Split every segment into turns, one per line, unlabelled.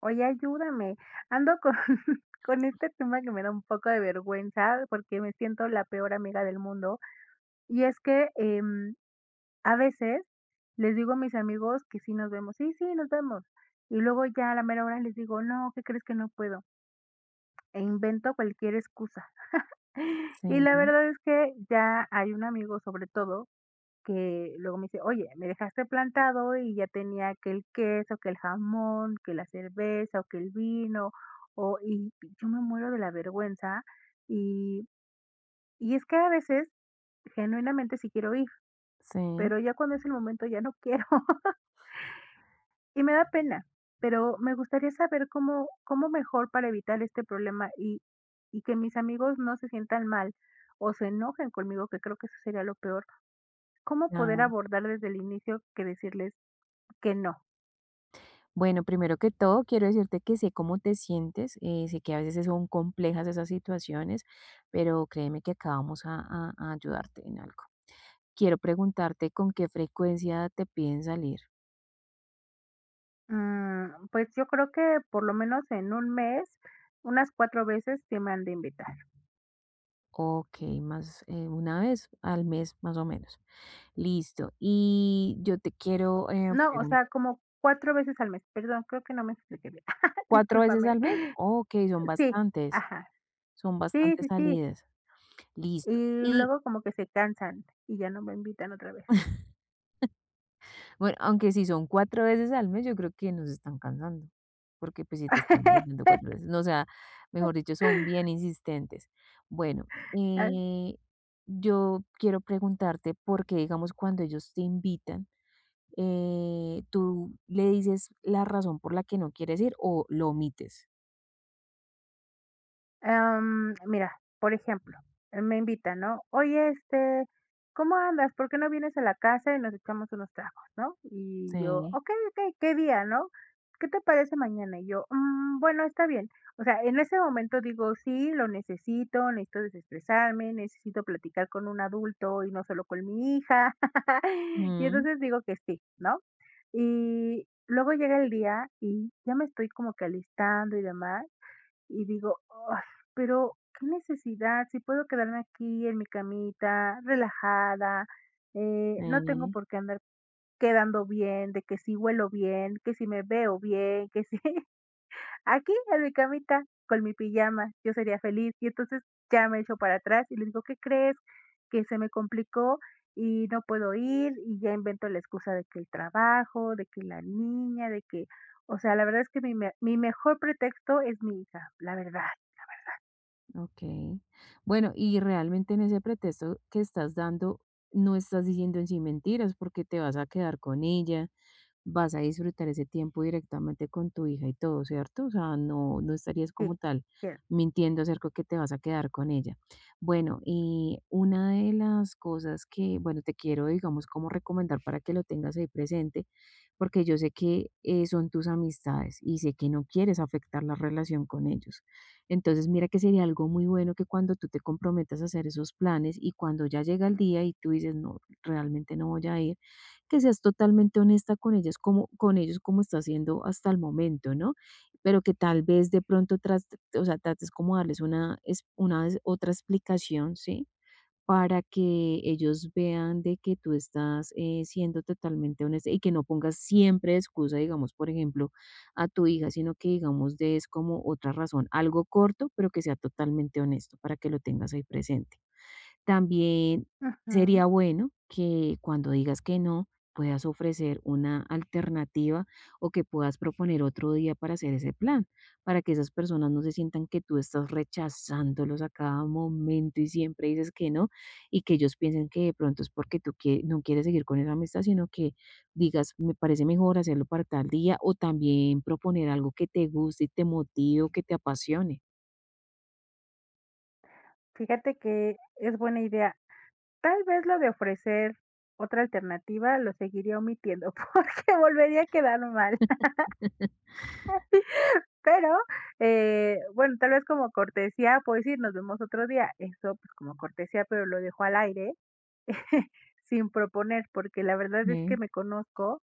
Oye, ayúdame. Ando con con este tema que me da un poco de vergüenza, porque me siento la peor amiga del mundo. Y es que, a veces les digo a mis amigos que sí nos vemos: "Sí, sí, nos vemos". Y luego ya a la mera hora les digo: "No, ¿qué crees que no puedo?". E invento cualquier excusa. Y la
Sí,
verdad es que ya hay un amigo, sobre todo que luego me dice: "Oye, me dejaste plantado y ya tenía que el queso, que el jamón, que la cerveza o que el vino", o y yo me muero de la vergüenza. Y y es que a veces genuinamente sí quiero ir,
sí,
pero ya cuando es el momento ya no quiero y me da pena, pero me gustaría saber cómo mejor para evitar este problema y que mis amigos no se sientan mal o se enojen conmigo, que creo que eso sería lo peor. ¿Cómo poder
claro.
abordar desde el inicio que decirles que no?
Bueno, primero que todo, quiero decirte que sé cómo te sientes, sé que a veces son complejas esas situaciones, pero créeme que acabamos a ayudarte en algo. Quiero preguntarte con qué frecuencia te piden salir.
Mm, pues yo creo que por lo menos en un mes, unas 4 veces sí me han de invitar.
Ok, más una vez al mes, más o menos. Listo. Y yo te quiero
No, o
preguntar,
sea, como 4 veces al mes. Perdón, creo que no me expliqué bien.
¿cuatro veces
Discúlpame.
al mes? Ok,
Sí, ajá.
son
Sí,
bastantes
sí, sí.
salidas.
Y
Listo. Y
luego como que se cansan y ya no me invitan otra vez.
bueno, aunque si son 4 veces al mes, yo creo que nos están cansando, porque, pues, si te están vendiendo 4 veces, no, o sea, mejor dicho, son bien insistentes. Bueno,
Ah,
yo quiero preguntarte por qué, digamos, cuando ellos te invitan, ¿tú le dices la razón por la que no quieres ir o lo omites?
Mira, por ejemplo, me invitan, ¿no? Oye, ¿cómo andas? ¿Por qué no vienes a la casa y nos echamos unos tragos, ¿no? Y yo,
Sí.
ok, ok, ¿qué día, no? ¿Qué te parece mañana? Y yo, "Mm, bueno, está bien. O sea, en ese momento digo, sí, lo necesito, necesito desestresarme, necesito platicar con un adulto y no solo con mi hija. Y
Ujú.
entonces digo que sí, ¿no? Y luego llega el día y ya me estoy como que alistando y demás y digo: "Ay, pero qué necesidad, si puedo quedarme aquí en mi camita, relajada,
Sí,
no tengo por qué andar quedando bien, de que si huelo bien, que si me veo bien, que si aquí en mi camita con mi pijama, yo sería feliz". Y entonces ya me echo para atrás y les digo: "¿Qué crees? Que se me complicó y no puedo ir", y ya invento la excusa de que el trabajo, de que la niña, de que o sea, la verdad es que mi mejor pretexto es mi hija, la verdad.
okey. Bueno, y realmente en ese pretexto que estás dando, no estás diciendo en sí mentiras, porque te vas a quedar con ella. Vas a disfrutar ese tiempo directamente con tu hija y todo, ¿cierto? O sea, no, no estarías
Sí,
como tal
bien.
mintiendo acerca de que te vas a quedar con ella. Bueno, y una de las cosas que, bueno, te quiero, digamos, como recomendar para que lo tengas ahí presente, porque yo sé que son tus amistades y sé que no quieres afectar la relación con ellos. Entonces, mira que sería algo muy bueno que cuando tú te comprometas a hacer esos planes y cuando ya llega el día y tú dices, no, realmente no voy a ir, que seas totalmente honesta con ellas, como con ellos, como está haciendo hasta el momento, ¿no? Pero que tal vez de pronto tras, o sea, trates como darles otra explicación, ¿sí? Para que ellos vean de que tú estás siendo totalmente honesta y que no pongas siempre de excusa, digamos, por ejemplo, a tu hija, sino que digamos des como otra razón, algo corto, pero que sea totalmente honesto para que lo tengas ahí presente. También
Ujú.
sería bueno que cuando digas que no, puedas ofrecer una alternativa o que puedas proponer otro día para hacer ese plan, para que esas personas no se sientan que tú estás rechazándolos a cada momento y siempre dices que no, y que ellos piensen que de pronto es porque no quieres seguir con esa amistad, sino que digas, me parece mejor hacerlo para tal día o también proponer algo que te guste y te motive o que te apasione.
Fíjate que es buena idea. Tal vez lo de ofrecer otra alternativa lo seguiría omitiendo porque volvería a quedar mal. Pero, bueno, tal vez como cortesía, puedo decir, nos vemos otro día. Eso, pues como cortesía, pero lo dejo al aire sin proponer, porque la verdad es que
Ujú,
me conozco.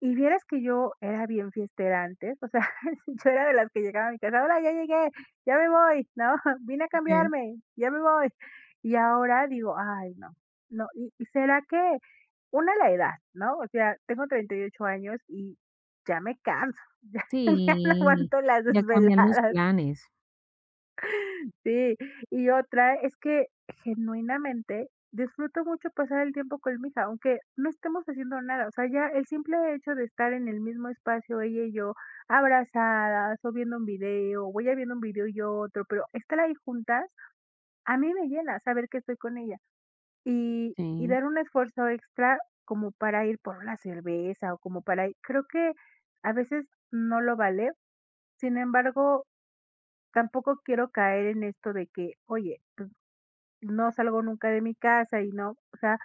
Y vieras que yo era bien fiestera antes, o sea, yo era de las que llegaba a mi casa, hola, ya llegué, ya me voy, ¿no? Vine a
sí.
cambiarme, ya me voy. Y ahora digo, ay, no, no, y será que una la edad, ¿no? O sea, tengo 38 años y ya me canso, ya, ya no
Sí,
aguanto las
ya cambian los
desveladas.
planes,
Sí, y otra es que genuinamente disfruto mucho pasar el tiempo con mi hija, aunque no estemos haciendo nada, o sea, ya el simple hecho de estar en el mismo espacio, ella y yo, abrazadas o viendo un video, o ella viendo un video y yo otro, pero estar ahí juntas, a mí me llena saber que estoy con ella y
sí.
dar un esfuerzo extra como para ir por una cerveza o como para ir, creo que a veces no lo vale, sin embargo, tampoco quiero caer en esto de que, oye, no salgo nunca de mi casa y no, o sea,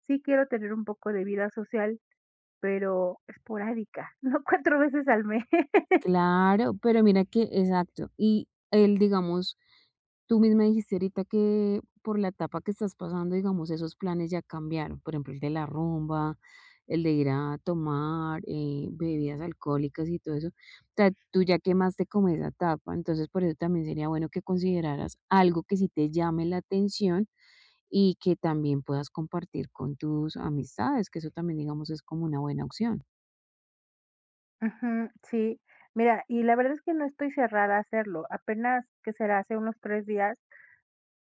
sí quiero tener un poco de vida social, pero esporádica, no 4 veces al mes.
Claro, pero mira que exacto. Y él digamos, tú misma dijiste ahorita que por la etapa que estás pasando, digamos, esos planes ya cambiaron. Por ejemplo, el de la rumba, el de ir a tomar bebidas alcohólicas y todo eso. O sea, tú ya quemaste como esa etapa. Entonces, por eso también sería bueno que consideraras algo que sí te llame la atención y que también puedas compartir con tus amistades, que eso también, digamos, es como una buena opción.
Ujú, sí. Mira, y la verdad es que no estoy cerrada a hacerlo. Apenas, ¿que será? Hace unos 3 días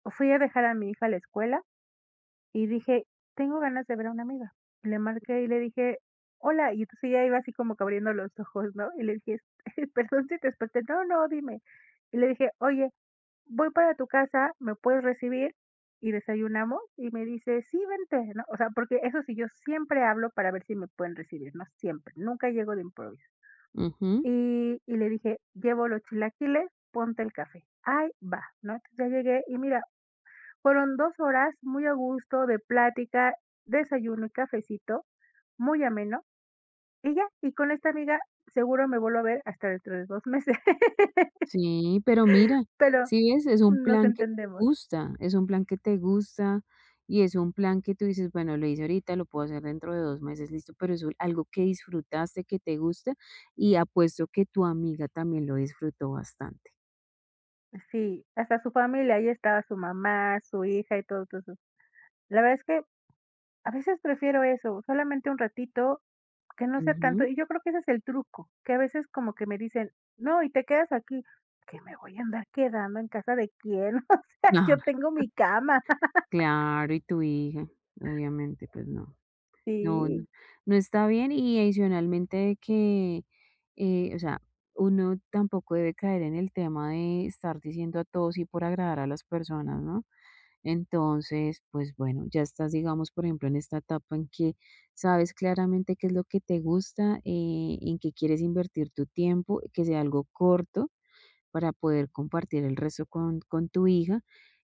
fui a dejar a mi hija a la escuela y dije: "Tengo ganas de ver a una amiga". Le marqué y le dije: "Hola", y entonces ella iba así como que abriendo los ojos, ¿no? Y le dije: "Perdón si te desperté". "No, no, dime". Y le dije: "Oye, voy para tu casa, ¿me puedes recibir? Y desayunamos y me dice, sí, vente, ¿no? O sea, porque eso sí, yo siempre hablo para ver si me pueden recibir, ¿no? Siempre, nunca llego de improviso.
Ujú.
Y le dije, llevo los chilaquiles, ponte el café. Ay, va, ¿no? Entonces ya llegué y mira, fueron dos horas muy a gusto de plática, desayuno y cafecito, muy ameno. Y ya, y con esta amiga seguro me vuelvo a ver hasta dentro de dos meses,
Sí, pero mira,
pero
si ves, es un
nos
plan que te
entendemos.
gusta, es un plan que te gusta y es un plan que tú dices, bueno, lo hice ahorita, lo puedo hacer dentro de dos meses, listo, pero es algo que disfrutaste, que te gusta y apuesto que tu amiga también lo disfrutó bastante.
Sí, hasta su familia, ahí estaba su mamá, su hija y todo, todo eso. La verdad es que a veces prefiero eso, solamente un ratito, que no sea tanto,
Ujú.
y yo creo que ese es el truco, que a veces como que me dicen, no, y te quedas aquí, que me voy a andar quedando en casa de quién, o sea,
Ah,
yo tengo mi cama.
claro, y tu hija, obviamente, pues no. No, no,
Sí,
no está bien y adicionalmente que, o sea, uno tampoco debe caer en el tema de estar diciendo a todos y por agradar a las personas, ¿no? Entonces, pues bueno, ya estás, digamos, por ejemplo, en esta etapa en que sabes claramente qué es lo que te gusta, en qué quieres invertir tu tiempo, que sea algo corto para poder compartir el resto con tu hija.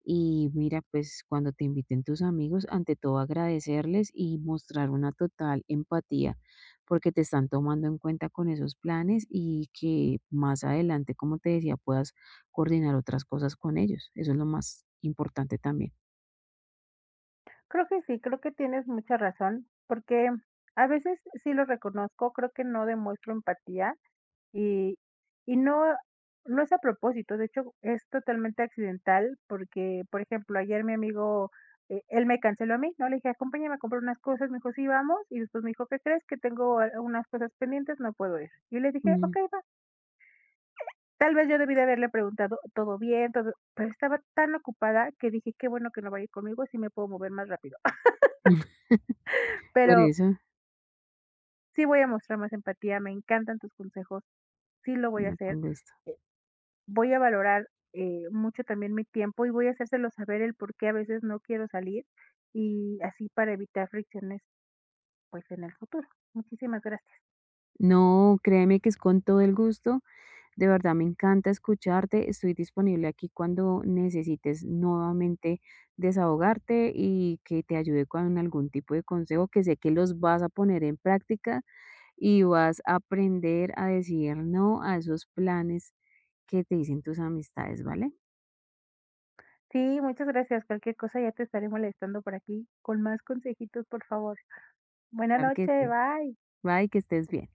Y mira, pues cuando te inviten tus amigos, ante todo agradecerles y mostrar una total empatía, porque te están tomando en cuenta con esos planes y que más adelante, como te decía, puedas coordinar otras cosas con ellos. Eso es lo más importante también.
sí, creo que tienes mucha razón, porque a veces sí lo reconozco, creo que no demuestro empatía. Y y no es a propósito, de hecho, es totalmente accidental porque, por ejemplo, ayer mi amigo, él me canceló a mí, ¿no? Le dije: "Acompáñame a comprar unas cosas", me dijo: "Sí, vamos", y después me dijo: "¿Qué crees? Que tengo a unas cosas pendientes, no puedo ir". Y le dije:
Mm.
"Okey, va". Tal vez yo debí de haberle preguntado: "¿Todo bien? Todo", pero estaba tan ocupada que dije: "Qué bueno que no vaya conmigo, así me puedo mover más rápido".
Por
Pero
eso,
sí voy a mostrar más empatía, me encantan tus consejos, sí lo voy a
no,
hacer.
con gusto.
Voy a valorar, mucho también mi tiempo y voy a hacérselo saber el por qué a veces no quiero salir y así para evitar fricciones, pues, en el futuro. Muchísimas gracias.
No, créeme que es con todo el gusto. De verdad, me encanta escucharte. Estoy disponible aquí cuando necesites nuevamente desahogarte y que te ayude con algún tipo de consejo que sé que los vas a poner en práctica y vas a aprender a decir no a esos planes que te dicen tus amistades, ¿vale?
Sí, muchas gracias. Cualquier cosa ya te estaré molestando por aquí con más consejitos, por favor. Buena
Claro que
noche,
sí.
bye.
Bye, que estés bien.